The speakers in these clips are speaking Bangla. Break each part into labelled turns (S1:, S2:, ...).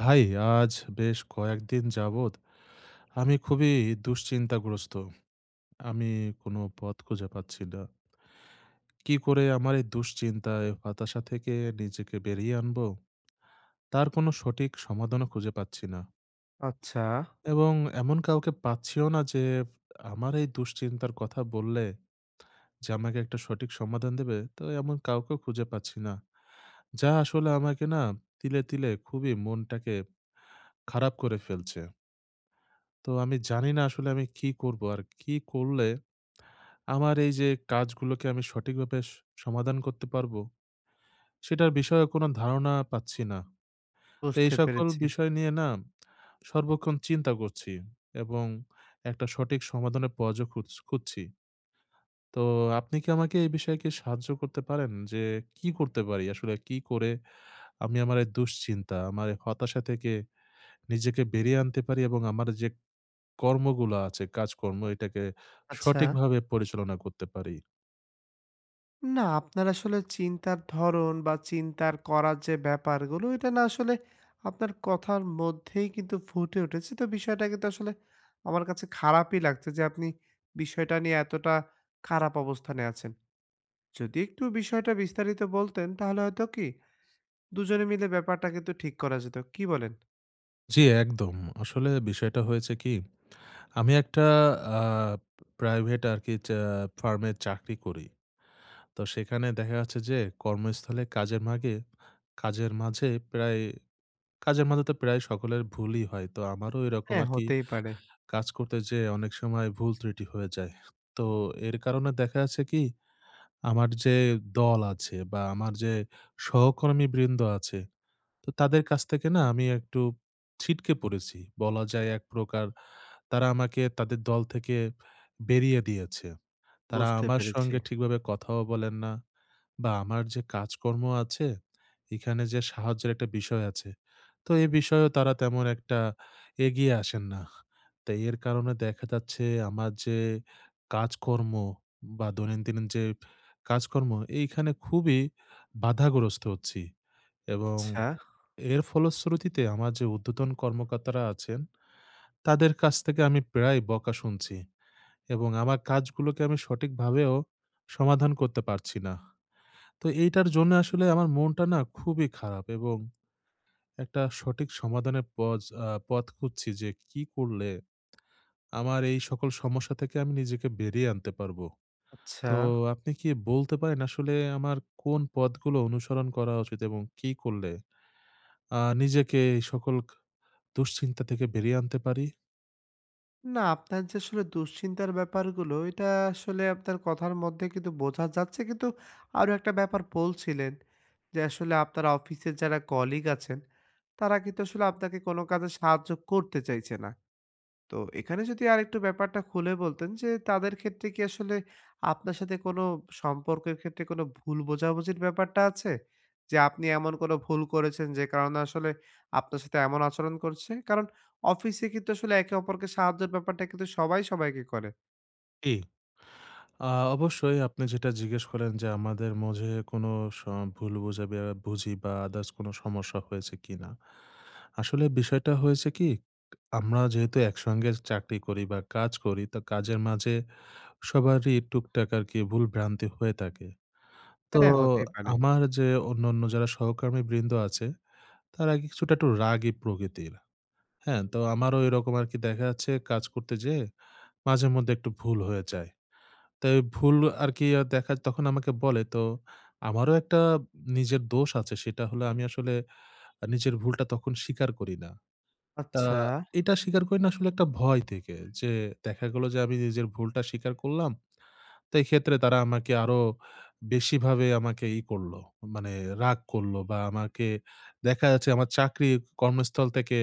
S1: ভাই, আজ বেশ কয়েকদিন যাবৎ আমি খুবই দুশ্চিন্তাগ্রস্ত। আমি কোনো পথ খুঁজে পাচ্ছি না। কি করে আমার এই দুশ্চিন্তা, এই হতাশা থেকে নিজেকে বেরিয়ে আনবো? তার কোনো সঠিক সমাধানও খুঁজে পাচ্ছি না।
S2: আচ্ছা,
S1: এবং এমন কাউকে পাচ্ছিও না যে আমার এই দুশ্চিন্তার কথা বললে যে আমাকে একটা সঠিক সমাধান দেবে, তো এমন কাউকেও খুঁজে পাচ্ছি না। যা আসলে আমাকে না তিলে, তিলে খুবই মনটাকে খারাপ করে ফেলছে। তো আমি জানি না আসলে আমি কি করব? আর কি করলে আমার এই যে কাজগুলোকে আমি সঠিকভাবে সমাধান করতে পারবো, সেটার বিষয়ে কোনো ধারণা পাচ্ছি না। তো
S2: বুঝতে
S1: এই সকল
S2: পেরেছি।
S1: বিষয় নিয়ে না সর্বক্ষণ চিন্তা করছি এবং একটা সঠিক সমাধানের পথও খুঁজছি। তো আপনি কি আমাকে এই বিষয়ে কি সাহায্য করতে পারেন? যে কি করতে পারি? আসলে কি করে আমি আমার এই দুশ্চিন্তা, আমার এই হতাশা থেকে নিজেকে বেরিয়ে আনতে পারি এবং আমার যে কর্মগুলো আছে, কাজকর্ম এটাকে
S2: আচ্ছা,
S1: সঠিকভাবে পরিচালনা করতে পারি।
S2: না আপনার আসলে চিন্তার ধরন বা চিন্তার করার যে ব্যাপারগুলো, এটা না আসলে আপনার কথার মধ্যেই কিন্তু ফুটে উঠেছে। তো বিষয়টা কিন্তু আসলে আমার কাছে খারাপই লাগছে যে আপনি বিষয়টা নিয়ে এতটা খারাপ অবস্থানে আছেন। যদি একটু বিষয়টা বিস্তারিত বলতেন তাহলে হয়তো কি দুজনে মিলে ব্যাপারটা কিন্তু ঠিক করা যেত। কি বলেন?
S1: জি, একদম। আসলে বিষয়টা হয়েছে কি, আমি একটা আ প্রাইভেট আরকি ফার্মে চাকরি করি। তো সেখানে দেখা যাচ্ছে যে কর্মস্থলে কাজের মাঝে প্রায় কাজের মাঝে তো প্রায় সকলের ভুলই হয়। তো আমারও এরকম
S2: হ্যাঁ,
S1: আরকি
S2: হতেই পারে।
S1: কাজ করতে যেয়ে অনেক সময় ভুল ত্রুটি হয়ে যায়। তো এর কারণে দেখা যাচ্ছে কি, আমার যে দল আছে বা আমার যে সহকর্মীবৃন্দ আছে তো তাদের কাছ থেকে না আমি একটু ছিটকে পড়েছি। বলা যায় এক প্রকার তারা আমাকে তাদের দল থেকে বেরিয়ে দিয়েছে। তারা
S2: বুঝতে
S1: আমার
S2: পেরেছি।
S1: সঙ্গে ঠিকভাবে কথাও বলেন না বা আমার যে কাজকর্ম আছে, এখানে যে সাহায্যের একটা বিষয় আছে। তো এ বিষয়েও তারা তেমন একটা এগিয়ে আসেন না। তো এর কারণে দেখা যাচ্ছে আমার যে কাজকর্ম বা দৈনন্দিন যে কাজকর্ম এইখানে খুবই বাধাগ্রস্ত হচ্ছি এবং
S2: আচ্ছা,
S1: এর ফলশ্রুতিতে আমার যে ঊর্ধ্বতন কর্মকর্তারা আছেন, তাদের কাছ থেকে আমি প্রায় বকা শুনছি এবং আমার কাজগুলোকে আমি সঠিকভাবেও সমাধান করতে পারছি না। তো এইটার জন্য আসলে আমার মনটা না খুবই খারাপ এবং একটা সঠিক সমাধানের পজ আ পথ খুঁজছি যে কি করলে আমার এই সকল সমস্যা থেকে আমি নিজেকে বেরিয়ে আনতে পারবো।
S2: আচ্ছা।
S1: তো আপনি কি বলতে পারেন আসলে আমার কোন পথগুলো অনুসরণ করা উচিত এবং কি করলে নিজেকে এই সকল দুশ্চিন্তা থেকে বেরিয়ে আনতে পারি?
S2: না, আপনার যে আসলে দুশ্চিন্তার ব্যাপারগুলো, এটা আসলে আপনার কথার মধ্যে কিন্তু বোঝা যাচ্ছে। কিন্তু আরো একটা ব্যাপার বলছিলেন যে, আসলে আপনার অফিসের যারা কলিগ আছেন, তারা কিন্তু আসলে আপনাকে কোনো কাজে সাহায্য করতে চাইছে না। তো এখানে যদি আরেকটু ব্যাপারটা খুলে বলতেন যে তাদের ক্ষেত্রে কি আসলে আপনার সাথে কোনো সম্পর্কের ক্ষেত্রে কোনো ভুল বোঝাবুঝির ব্যাপারটা আছে? যে আপনি এমন কোনো ভুল করেছেন যে কারণে আসলে আপনার সাথে এমন আচরণ করছে? কারণ অফিসে কিন্তু আসলে একে অপরকে সাহায্যের ব্যাপারটা কিন্তু সবাই সবাইকে করে।
S1: জি। আ অবশ্যই আপনি যেটা জিজ্ঞেস করেন যে আমাদের মাঝে কোনো স ভুল বুঝি বা আদার্স কোনো সমস্যা হয়েছে কিনা? আসলে বিষয়টা হয়েছে কি? আমরা যেহেতু একসঙ্গে চাকরি করি বা কাজ করি তো কাজের মাঝে সবারই টুকটাক আরকি ভুলভ্রান্তি হয়ে থাকে। তো
S2: হ্যাঁ, হতেই পারে।
S1: আমার যে অন্যান্য যারা সহকর্মীবৃন্দ আছে তারা কিছুটা একটু রাগী প্রকৃতির। হ্যাঁ? তো আমারও এরকম আরকি দেখা যাচ্ছে কাজ করতে যেয়ে মাঝে মধ্যে একটু ভুল হয়ে যায়। তো ভুল আরকি দেখা তখন আমাকে বলে। তো আমারও একটা নিজের দোষ আছে। সেটা হলো আমি আসলে নিজের ভুলটা তখন স্বীকার করি না। তা
S2: আচ্ছা,
S1: এটা স্বীকার করি না আসলে একটা ভয় থেকে। যে দেখা গেল যে আমি নিজের ভুলটা স্বীকার করলাম। তো এক্ষেত্রে তারা আমাকে আরো বেশিভাবে আমাকে করল। মানে রাগ করল বা আমাকে দেখা যাচ্ছে আমার চাকরি কর্মস্থল থেকে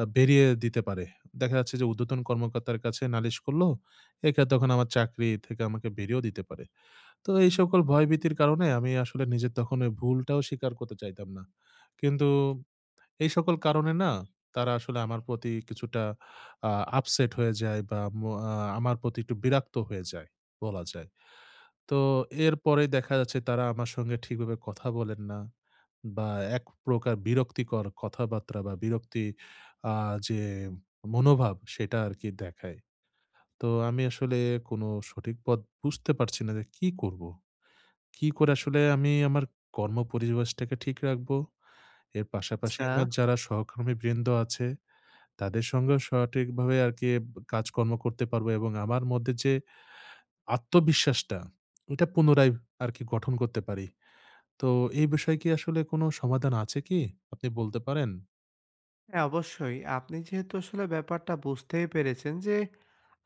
S1: বেরিয়ে দিতে পারে। দেখা যাচ্ছে যে ঊর্ধ্বতন কর্মকর্তার কাছে নালিশ করল। এক্ষেত্রে তখন আমার চাকরি থেকে আমাকে বেরিয়েও দিতে পারে। তো এই সকল ভয়ভীতির কারণে আমি আসলে নিজের তখন ওই ভুলটাও স্বীকার করতে চাইতাম না। কিন্তু এই সকল কারণে না তারা আসলে আমার প্রতি কিছুটা আ আপসেট হয়ে যায় বা ম আ আমার প্রতি একটু বিরক্ত হয়ে যায় বলা যায়। তো এরপরে দেখা যাচ্ছে তারা আমার সঙ্গে ঠিকভাবে কথা বলেন না বা এক প্রকার বিরক্তিকর কথাবার্তা বা বিরক্তি আ যে মনোভাব সেটা আরকি দেখায়। তো আমি আসলে কোনো সঠিক পথ বুঝতে পারছি না যে কি করব? কি করে আসলে আমি আমার কর্মপরিবেশটাকে ঠিক রাখবো? এর পাশাপাশি
S2: আচ্ছা।
S1: আমার যারা সহকর্মীবৃন্দ আছে, তাদের সঙ্গেও সঠিকভাবে আরকি কাজকর্ম করতে পারবো এবং আমার মধ্যে যে আত্মবিশ্বাসটা, ওটা পুনরায় আরকি গঠন করতে পারি। তো এই বিষয়ে কি আসলে কোনো সমাধান আছে কি? আপনি বলতে পারেন?
S2: হ্যাঁ, অবশ্যই। আপনি যেহেতু আসলে ব্যাপারটা বুঝতেই পেরেছেন যে,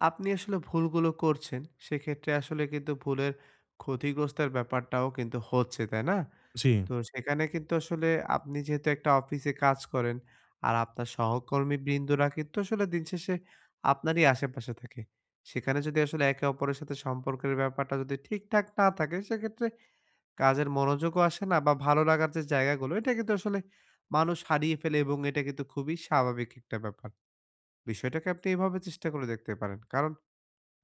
S2: আপনি আসলে ভুলগুলো করছেন, সেক্ষেত্রে আসলে কিন্তু ভুলের ক্ষতিগ্রস্তের ব্যাপারটাও কিন্তু হচ্ছে, তাই না?
S1: জি,
S2: তো সেখানে কিন্তু আসলে আপনি যেহেতু একটা অফিসে কাজ করেন, আর আপনার সহকর্মীবৃন্দরা কিন্তু আসলে দিনশেষে আপনারই আশেপাশে থাকে। সেখানে যদি আসলে একে অপরের সাথে সম্পর্কের ব্যাপারটা যদি ঠিকঠাক না থাকে, সেক্ষেত্রে কাজের মনোযোগও আসে না বা ভালো লাগার যে জায়গাগুলো, এটা কিন্তু আসলে মানুষ হারিয়ে ফেলে এবং এটা কিন্তু খুবই স্বাভাবিক একটা ব্যাপার। বিষয়টাকে আপনি এভাবে চেষ্টা করে দেখতে পারেন। কারণ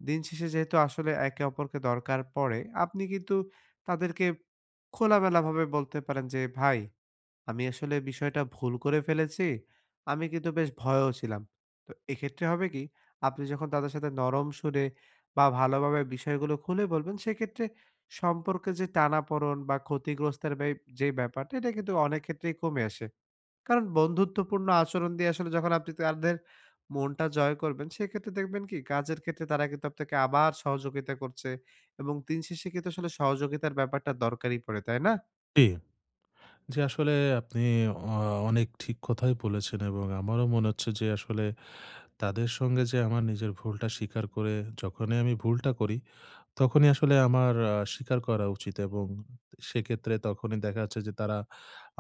S2: দিন শেষে যেহেতু আসলে একে অপরকে দরকার পড়ে, আপনি কিন্তু তাদেরকে খোলামেলাভাবে বলতে পারেন যে, "ভাই আমি আসলে বিষয়টা ভুল করে ফেলেছি। আমি কিন্তু বেশ ভয়েও ছিলাম। তো এক্ষেত্রে হবে কি? আপনি যখন তাদের সাথে নরম সুরে বা ভালোভাবে বিষয়গুলো খুলে বলবেন, সেক্ষেত্রে সম্পর্কে যে টানাপোড়েন বা ক্ষতিগ্রস্তের যে ব্যাপারটা, এটা কিন্তু অনেক ক্ষেত্রেই কমে আসে। কারণ বন্ধুত্বপূর্ণ আচরণ দিয়ে আসলে যখন আপনি তাদের মনটা জয় করবেন, সেক্ষেত্রে দেখবেন কি? কাজের ক্ষেত্রে তারা কিন্তু আপনাকে আবার সহযোগিতা করছে এবং দিন শেষে কিন্তু আসলে সহযোগিতার ব্যাপারটা দরকারই পড়ে, তাই না?
S1: জি। জি, আসলে আপনি অ অনেক ঠিক কথাই বলেছেন এবং আমারও মনে হচ্ছে যে আসলে তাদের সঙ্গে যে আমার নিজের ভুলটা স্বীকার করে যখনই আমি ভুলটা করি তখনই আসলে আমার স্বীকার করা উচিত এবং সেক্ষেত্রে তখনই দেখা যাচ্ছে যে তারা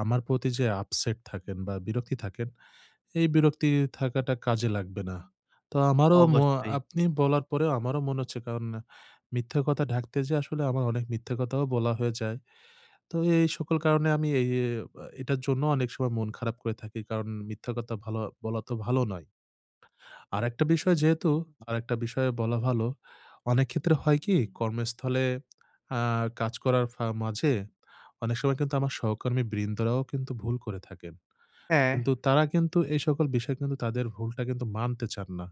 S1: আমার প্রতি যে আপসেট থাকেন বা বিরক্তি থাকেন, এই বিরক্তি থাকাটা কাজে লাগবে না। তো আমারও ম
S2: অবশ্যই।
S1: আপনি বলার পরেও আমারও মনে হচ্ছে কারণ মিথ্যা কথা ঢাকতে যেয়ে আসলে আমার অনেক মিথ্যা কথাও বলা হয়ে যায়। তো এই সকল কারণে আমি এই এ এটার জন্য অনেক সময় মন খারাপ করে থাকি। কারণ মিথ্যা কথা ভালো বলা তো ভালো নয়। আরেকটা বিষয় যেহেতু আরেকটা বিষয়ে বলা ভালো, অনেক ক্ষেত্রে হয় কি কর্মস্থলে আ কাজ করার মাঝে অনেক সময় কিন্তু আমার সহকর্মী বৃন্দরাও কিন্তু ভুল করে থাকেন।
S2: হ্যাঁ।
S1: কিন্তু তারা কিন্তু এই সকল বিষয় কিন্তু তাদের ভুলটা কিন্তু মানতে চান না।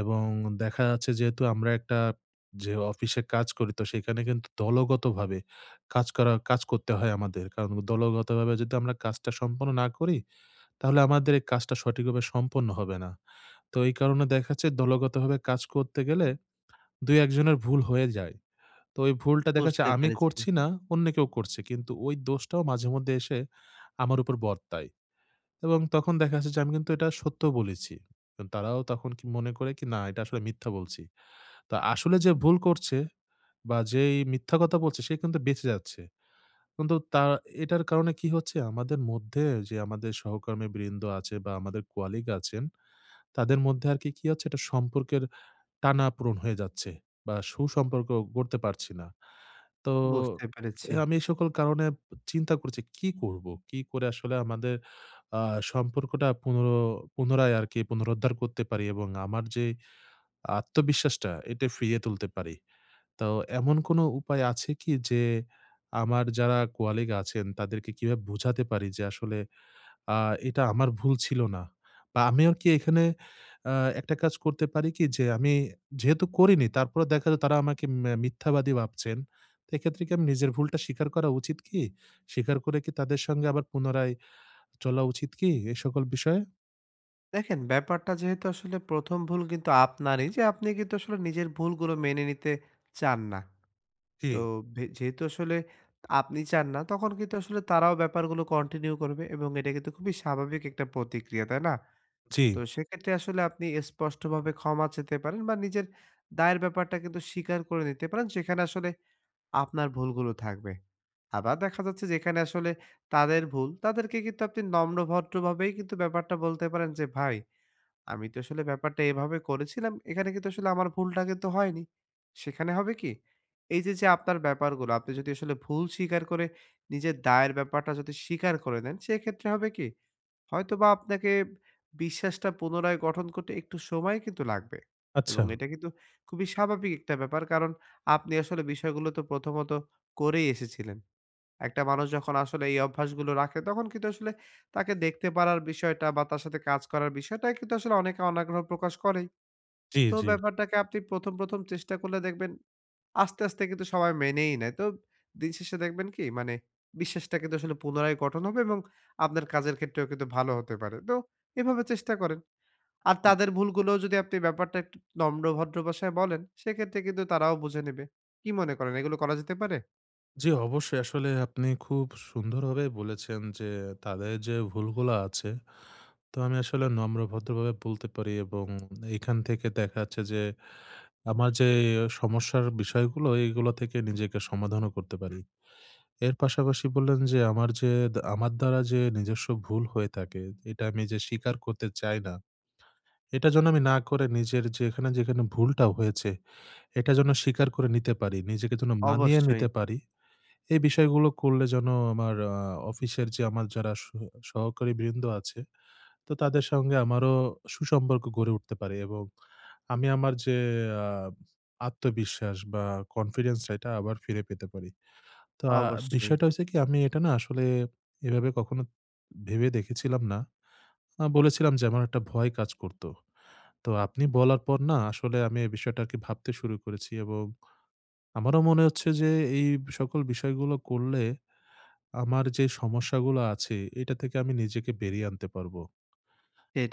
S1: এবং দেখা যাচ্ছে যেহেতু আমরা একটা যে অফিসে কাজ করি তো সেখানে কিন্তু দলগতভাবে কাজ করতে হয় আমাদের। কারণ দলগতভাবে যদি আমরা কাজটা সম্পন্ন না করি তাহলে আমাদের এই কাজটা সঠিকভাবে সম্পন্ন হবে না। তো এই কারণে দেখা যাচ্ছে দলগতভাবে কাজ করতে গেলে ২-১ জনের ভুল হয়ে যায়। তো ওই ভুলটা দেখা যাচ্ছে
S2: বুঝতে
S1: আমি
S2: পেরেছি,
S1: করছি না, অন্য কেউ করছে। কিন্তু ওই দোষটাও মাঝে মধ্যে এসে আমার উপর বর্তায় এবং তখন দেখা যাচ্ছে যে আমি কিন্তু এটা সত্য বলেছি। কিন্তু তারাও তখন কি মনে করে কি না এটা আসলে মিথ্যা বলছি। তো আসলে যে ভুল করছে বা যেই মিথ্যা কথা বলছে সে কিন্তু বেঁচে যাচ্ছে। কিন্তু এটার কারণে কি হচ্ছে আমাদের মধ্যে যে আমাদের সহকর্মী বৃন্দ আছে বা আমাদের কলিগ আছেন তাদের মধ্যে আরকি কি কি হচ্ছে একটা সম্পর্কের টানাপোড়েন হয়ে যাচ্ছে বা সুসম্পর্ক গড়তে পারছি না। তো
S2: বুঝতে পেরেছি।
S1: আমি এই সকল কারণে চিন্তা করছি কি করব? কি করে আসলে আমাদের আ সম্পর্কটা পুনরায় আরকি পুনরুদ্ধার করতে পারি এবং আমার যে আত্মবিশ্বাসটা এটা ফিরিয়ে তুলতে পারি। তো এমন কোনো উপায় আছে কি যে আমার যারা কলিগ আছেন তাদেরকে কিভাবে বোঝাতে পারি যে আসলে আ এটা আমার ভুল ছিল না। বা আমিও কি এখানে আ একটা কাজ করতে পারি কি? যে আমি যেহেতু করিনি তারপরেও দেখা যায় তারা আমাকে মিথ্যাবাদী ভাবছেন। তো এক্ষেত্রে কি আমি নিজের ভুলটা স্বীকার করা উচিত কি? স্বীকার করে কি তাদের সঙ্গে আবার পুনরায় চলা উচিত কি এ সকল বিষয়ে?
S2: দেখেন ব্যাপারটা যেহেতু আসলে ১ম ভুল কিন্তু আপনারই যে আপনি কিন্তু আসলে নিজের ভুলগুলো মেনে নিতে চান না।
S1: জি,
S2: তো যেহেতু আসলে আপনি চান না তখন কিন্তু আসলে তারাও ব্যাপারগুলো কন্টিনিউ করবে এবং এটা কিন্তু খুবই স্বাভাবিক একটা প্রতিক্রিয়া, তাই না?
S1: জি।
S2: তো সেক্ষেত্রে আসলে আপনি স্পষ্টভাবে ক্ষমা চেতে পারেন বা নিজের দায়ের ব্যাপারটা কিন্তু স্বীকার করে নিতে পারেন। যেখানে আসলে আপনার ভুলগুলো থাকবে। আবার দেখা যাচ্ছে যেখানে আসলে তাদের ভুল, তাদেরকে কিন্তু আপনি নম্র ভদ্রভাবেই কিন্তু ব্যাপারটা বলতে পারেন যে, "ভাই, আমি তো আসলে ব্যাপারটা এভাবে করেছিলাম। এখানে কিন্তু আসলে আমার ভুলটা কিন্তু হয়নি।" সেখানে হবে কি? এই যে, যে আপনার ব্যাপারগুলো, আপনি যদি আসলে ভুল স্বীকার করে নিজের দায়ের ব্যাপারটা যদি স্বীকার করে নেন, সেক্ষেত্রে হবে কি? হয়তোবা আপনাকে বিশ্বাসটা পুনরায় গঠন করতে একটু সময় কিন্তু লাগবে এবং
S1: আচ্ছা।
S2: এটা কিন্তু খুবই স্বাভাবিক একটা ব্যাপার। কারণ আপনি আসলে বিষয়গুলো তো প্রথমত করেই এসেছিলেন। একটা মানুষ যখন আসলে এই অভ্যাসগুলো রাখে তখন কিন্তু আসলে তাকে দেখতে পারার বিষয়টা বা তার সাথে কাজ করার বিষয়টা কিন্তু আসলে অনেকে অনাগ্রহ প্রকাশ করেই।
S1: জি,
S2: তো
S1: জি।
S2: ব্যাপারটাকে আপনি ১ম চেষ্টা করলে দেখবেন আস্তে, আস্তে কিন্তু সবাই মেনেই নেয়। তো দিন শেষে দেখবেন কি মানে বিশ্বাসটা কিন্তু আসলে পুনরায় গঠন হবে এবং আপনার কাজের ক্ষেত্রেও কিন্তু ভালো হতে পারে। তো এভাবে চেষ্টা করেন। আর তাদের ভুলগুলোও যদি আপনি ব্যাপারটা একটু নম্র ভদ্র ভাষায় বলেন, সেক্ষেত্রে কিন্তু তারাও বুঝে নেবে। কি মনে করেন এগুলো করা যেতে পারে?
S1: জি, অবশ্যই আসলে আপনি খুব সুন্দরভাবে বলেছেন যে তাদের যে ভুলগুলা আছে তো আমি আসলে নম্র ভদ্রভাবে বলতে পারি এবং এখান থেকে দেখা যাচ্ছে যে আমার যে সমস্যার বিষয়গুলো এগুলো থেকে নিজেকে সমাধানও করতে পারি। এর পাশাপাশি বললেন যে আমার যে আমার দ্বারা যে নিজস্ব ভুল হয়ে থাকে, এটা আমি যে স্বীকার করতে চাই না, এটা যেন আমি না করে নিজের যেখানে, যেখানে ভুলটা হয়েছে, এটা যেন স্বীকার করে নিতে পারি। নিজেকে যেন মানিয়ে
S2: অবশ্যই,
S1: নিতে পারি। এই বিষয়গুলো করলে যেন আমার অফিসের যে আমার যারা সহকারীবৃন্দ আছে তো তাদের সঙ্গে আমারও সুসম্পর্ক গড়ে উঠতে পারে এবং আমি আমার যে আ আত্মবিশ্বাস বা কনফিডেন্স টা এটা আবার ফিরে পেতে পারি। তো
S2: অবশ্যই।
S1: বিষয়টা হইছে কি আমি এটা না আসলে এভাবে কখনো ভেবে দেখেছিলাম না। বলেছিলাম যে আমার একটা ভয় কাজ করত। তো আপনি বলার পর না আসলে আমি এই বিষয়টাকে ভাবতে শুরু করেছি এবং আমারও মনে হচ্ছে যে এই সকল বিষয়গুলো করলে আমার যে সমস্যাগুলো আছে এটা থেকে আমি নিজেকে বেরিয়ে আনতে পারবো।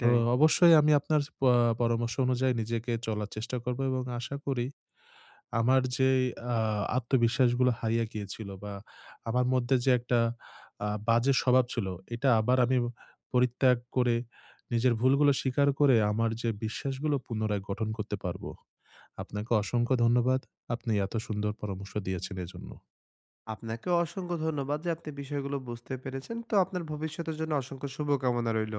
S1: তো অবশ্যই আমি আপনার পরামর্শ অনুযায়ী নিজেকে চলার চেষ্টা করব এবং আশা করি আমার যেই আ আত্মবিশ্বাসগুলো হারিয়ে গিয়েছিল বা আমার মধ্যে যে একটা বাজে স্বভাব ছিল, এটা আবার আমি পরিত্যাগ করে নিজের ভুলগুলো স্বীকার করে আমার যে বিশ্বাসগুলো পুনরায় গঠন করতে পারব। আপনাকে অসংখ্য ধন্যবাদ। আপনি এত সুন্দর পরামর্শ দিয়েছেন এজন্য।
S2: আপনাকেও অসংখ্য ধন্যবাদ যে আপনি বিষয়গুলো বুঝতে পেরেছেন। তো আপনার ভবিষ্যতের জন্য অসংখ্য শুভকামনা রইল।